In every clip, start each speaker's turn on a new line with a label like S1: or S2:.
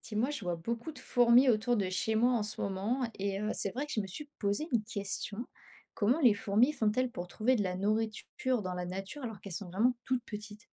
S1: Si moi, je vois beaucoup de fourmis autour de chez moi en ce moment, et c'est vrai que je me suis posé une question. Comment les fourmis font-elles pour trouver de la nourriture dans la nature alors qu'elles sont vraiment toutes petites?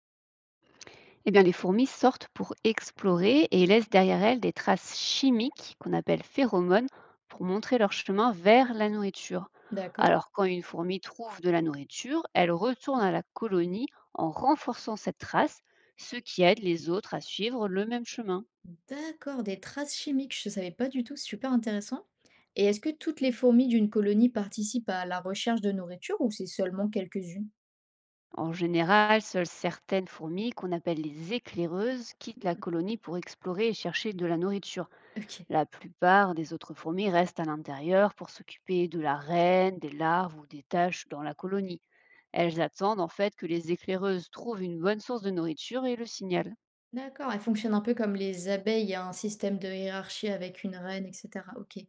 S2: Eh bien, les fourmis sortent pour explorer et laissent derrière elles des traces chimiques qu'on appelle phéromones pour montrer leur chemin vers la nourriture.
S1: D'accord?
S2: Alors, quand une fourmi trouve de la nourriture, elle retourne à la colonie en renforçant cette trace, ce qui aide les autres à suivre le même chemin.
S1: D'accord, des traces chimiques, je ne savais pas du tout, c'est super intéressant. Et est-ce que toutes les fourmis d'une colonie participent à la recherche de nourriture ou c'est seulement quelques-unes?
S2: En général, seules certaines fourmis, qu'on appelle les éclaireuses, quittent la colonie pour explorer et chercher de la nourriture.
S1: Ok.
S2: La plupart des autres fourmis restent à l'intérieur pour s'occuper de la reine, des larves ou des tâches dans la colonie. Elles attendent en fait que les éclaireuses trouvent une bonne source de nourriture et le signalent.
S1: D'accord, elles fonctionnent un peu comme les abeilles, il y a un système de hiérarchie avec une reine, et cetera. OK. Et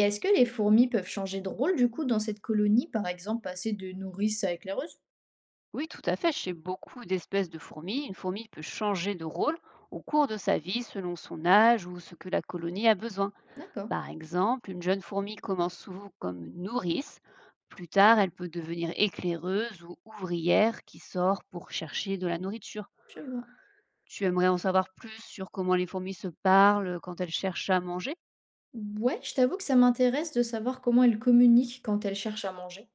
S1: est-ce que les fourmis peuvent changer de rôle du coup dans cette colonie, par exemple passer de nourrice à éclaireuse?
S2: Oui, tout à fait, chez beaucoup d'espèces de fourmis, une fourmi peut changer de rôle au cours de sa vie selon son âge ou ce que la colonie a besoin.
S1: D'accord,
S2: Par exemple, une jeune fourmi commence souvent comme nourrice. Plus tard, elle peut devenir éclaireuse ou ouvrière qui sort pour chercher de la nourriture.
S1: je vois.
S2: Tu aimerais en savoir plus sur comment les fourmis se parlent quand elles cherchent à manger?
S1: Ouais, je t'avoue que ça m'intéresse de savoir comment elles communiquent quand elles cherchent à manger.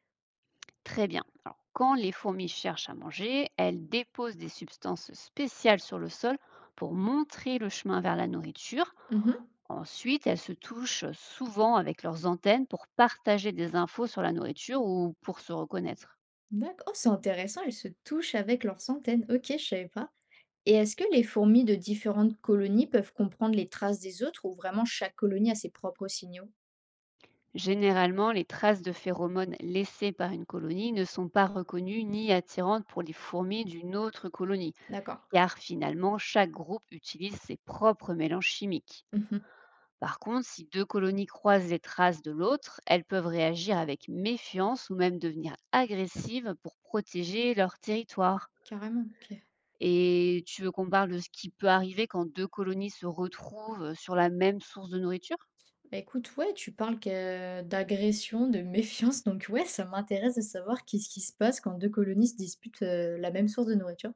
S2: Très bien. Alors, quand les fourmis cherchent à manger, elles déposent des substances spéciales sur le sol pour montrer le chemin vers la nourriture.
S1: Mhm.
S2: Ensuite, elles se touchent souvent avec leurs antennes pour partager des infos sur la nourriture ou pour se reconnaître.
S1: D'accord, oh, c'est intéressant, elles se touchent avec leurs centaines. Ok, je savais pas. Et est-ce que les fourmis de différentes colonies peuvent comprendre les traces des autres ou vraiment chaque colonie a ses propres signaux?
S2: Généralement, les traces de phéromones laissées par une colonie ne sont pas reconnues ni attirantes pour les fourmis d'une autre colonie,
S1: D'accord.
S2: car finalement chaque groupe utilise ses propres mélanges chimiques.
S1: Mhm.
S2: Par contre, si deux colonies croisent les traces de l'autre, elles peuvent réagir avec méfiance ou même devenir agressives pour protéger leur territoire.
S1: Carrément, ok.
S2: Et tu veux qu'on parle de ce qui peut arriver quand deux colonies se retrouvent sur la même source de nourriture?
S1: Bah écoute, ouais, tu parles que d'agression, de méfiance, donc ouais, ça m'intéresse de savoir qu'est-ce qui se passe quand deux colonies se disputent la même source de nourriture.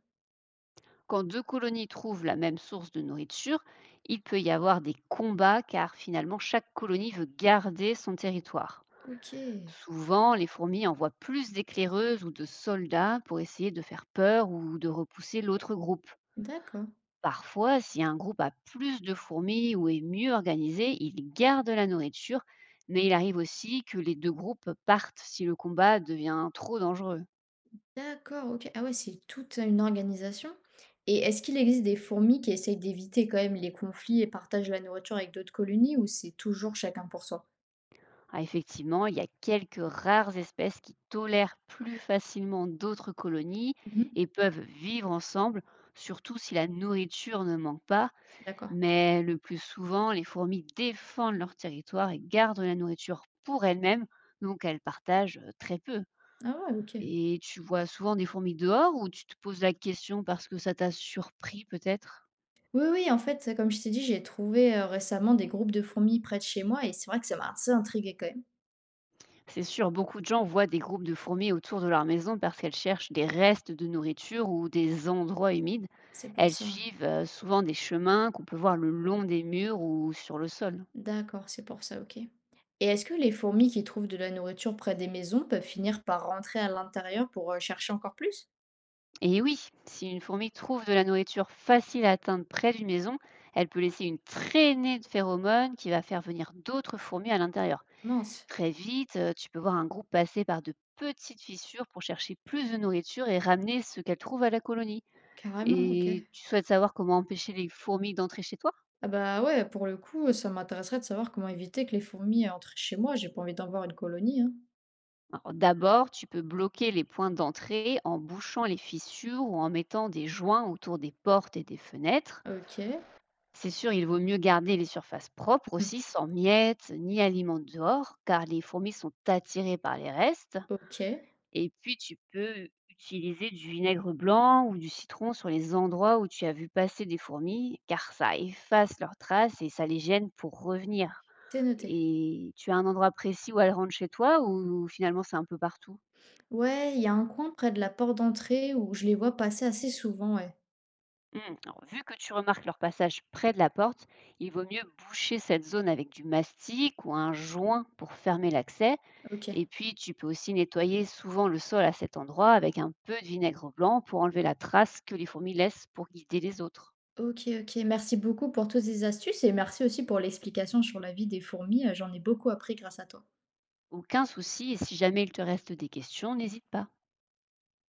S2: Quand deux colonies trouvent la même source de nourriture, il peut y avoir des combats car finalement chaque colonie veut garder son territoire.
S1: Ok,
S2: Souvent, les fourmis envoient plus d'éclaireuses ou de soldats pour essayer de faire peur ou de repousser l'autre groupe.
S1: d'accord,
S2: Parfois, si un groupe a plus de fourmis ou est mieux organisé, il garde la nourriture, mais il arrive aussi que les deux groupes partent si le combat devient trop dangereux.
S1: d'accord, ok. Ah ouais, c'est toute une organisation. Et est-ce qu'il existe des fourmis qui essayent d'éviter quand même les conflits et partagent la nourriture avec d'autres colonies ou c'est toujours chacun pour soi?
S2: Ah, effectivement, il y a quelques rares espèces qui tolèrent plus facilement d'autres colonies
S1: Mhm,
S2: et peuvent vivre ensemble, surtout si la nourriture ne manque pas.
S1: d'accord.
S2: Mais le plus souvent, les fourmis défendent leur territoire et gardent la nourriture pour elles-mêmes, donc elles partagent très peu.
S1: Ah ouais, ok.
S2: Et tu vois souvent des fourmis dehors ou tu te poses la question parce que ça t'a surpris peut-être?
S1: Oui, oui, en fait, comme je t'ai dit, j'ai trouvé récemment des groupes de fourmis près de chez moi et c'est vrai que ça m'a assez intriguée quand même.
S2: C'est sûr, beaucoup de gens voient des groupes de fourmis autour de leur maison parce qu'elles cherchent des restes de nourriture ou des endroits humides.
S1: C'est pour
S2: Elles
S1: ça.
S2: suivent souvent des chemins qu'on peut voir le long des murs ou sur le sol.
S1: D'accord, c'est pour ça, OK. Et est-ce que les fourmis qui trouvent de la nourriture près des maisons peuvent finir par rentrer à l'intérieur pour chercher encore plus?
S2: Et oui, si une fourmi trouve de la nourriture facile à atteindre près d'une maison, elle peut laisser une traînée de phéromones qui va faire venir d'autres fourmis à l'intérieur.
S1: Mince,
S2: Très vite, tu peux voir un groupe passer par de petites fissures pour chercher plus de nourriture et ramener ce qu'elle trouve à la colonie.
S1: carrément, OK.
S2: Et tu souhaites savoir comment empêcher les fourmis d'entrer chez toi?
S1: Ah bah ouais, pour le coup, ça m'intéresserait de savoir comment éviter que les fourmis entrent chez moi. J'ai pas envie d'en voir une colonie, hein.
S2: Alors d'abord, tu peux bloquer les points d'entrée en bouchant les fissures ou en mettant des joints autour des portes et des fenêtres.
S1: OK.
S2: C'est sûr, il vaut mieux garder les surfaces propres
S1: Hmm,
S2: aussi, sans miettes ni aliments dehors, car les fourmis sont attirées par les restes.
S1: OK.
S2: Et puis, tu peux utiliser du vinaigre blanc ou du citron sur les endroits où tu as vu passer des fourmis, car ça efface leurs traces et ça les gêne pour revenir.
S1: C'est noté.
S2: Et tu as un endroit précis où elles rentrent chez toi ou finalement c'est un peu partout?
S1: Ouais, il y a un coin près de la porte d'entrée où je les vois passer assez souvent, ouais.
S2: Hmm, alors, vu que tu remarques leur passage près de la porte, il vaut mieux boucher cette zone avec du mastic ou un joint pour fermer l'accès.
S1: OK.
S2: Et puis, tu peux aussi nettoyer souvent le sol à cet endroit avec un peu de vinaigre blanc pour enlever la trace que les fourmis laissent pour guider les autres.
S1: OK, OK. Merci beaucoup pour toutes ces astuces et merci aussi pour l'explication sur la vie des fourmis. J'en ai beaucoup appris grâce à toi.
S2: Aucun souci, et si jamais il te reste des questions, n'hésite pas.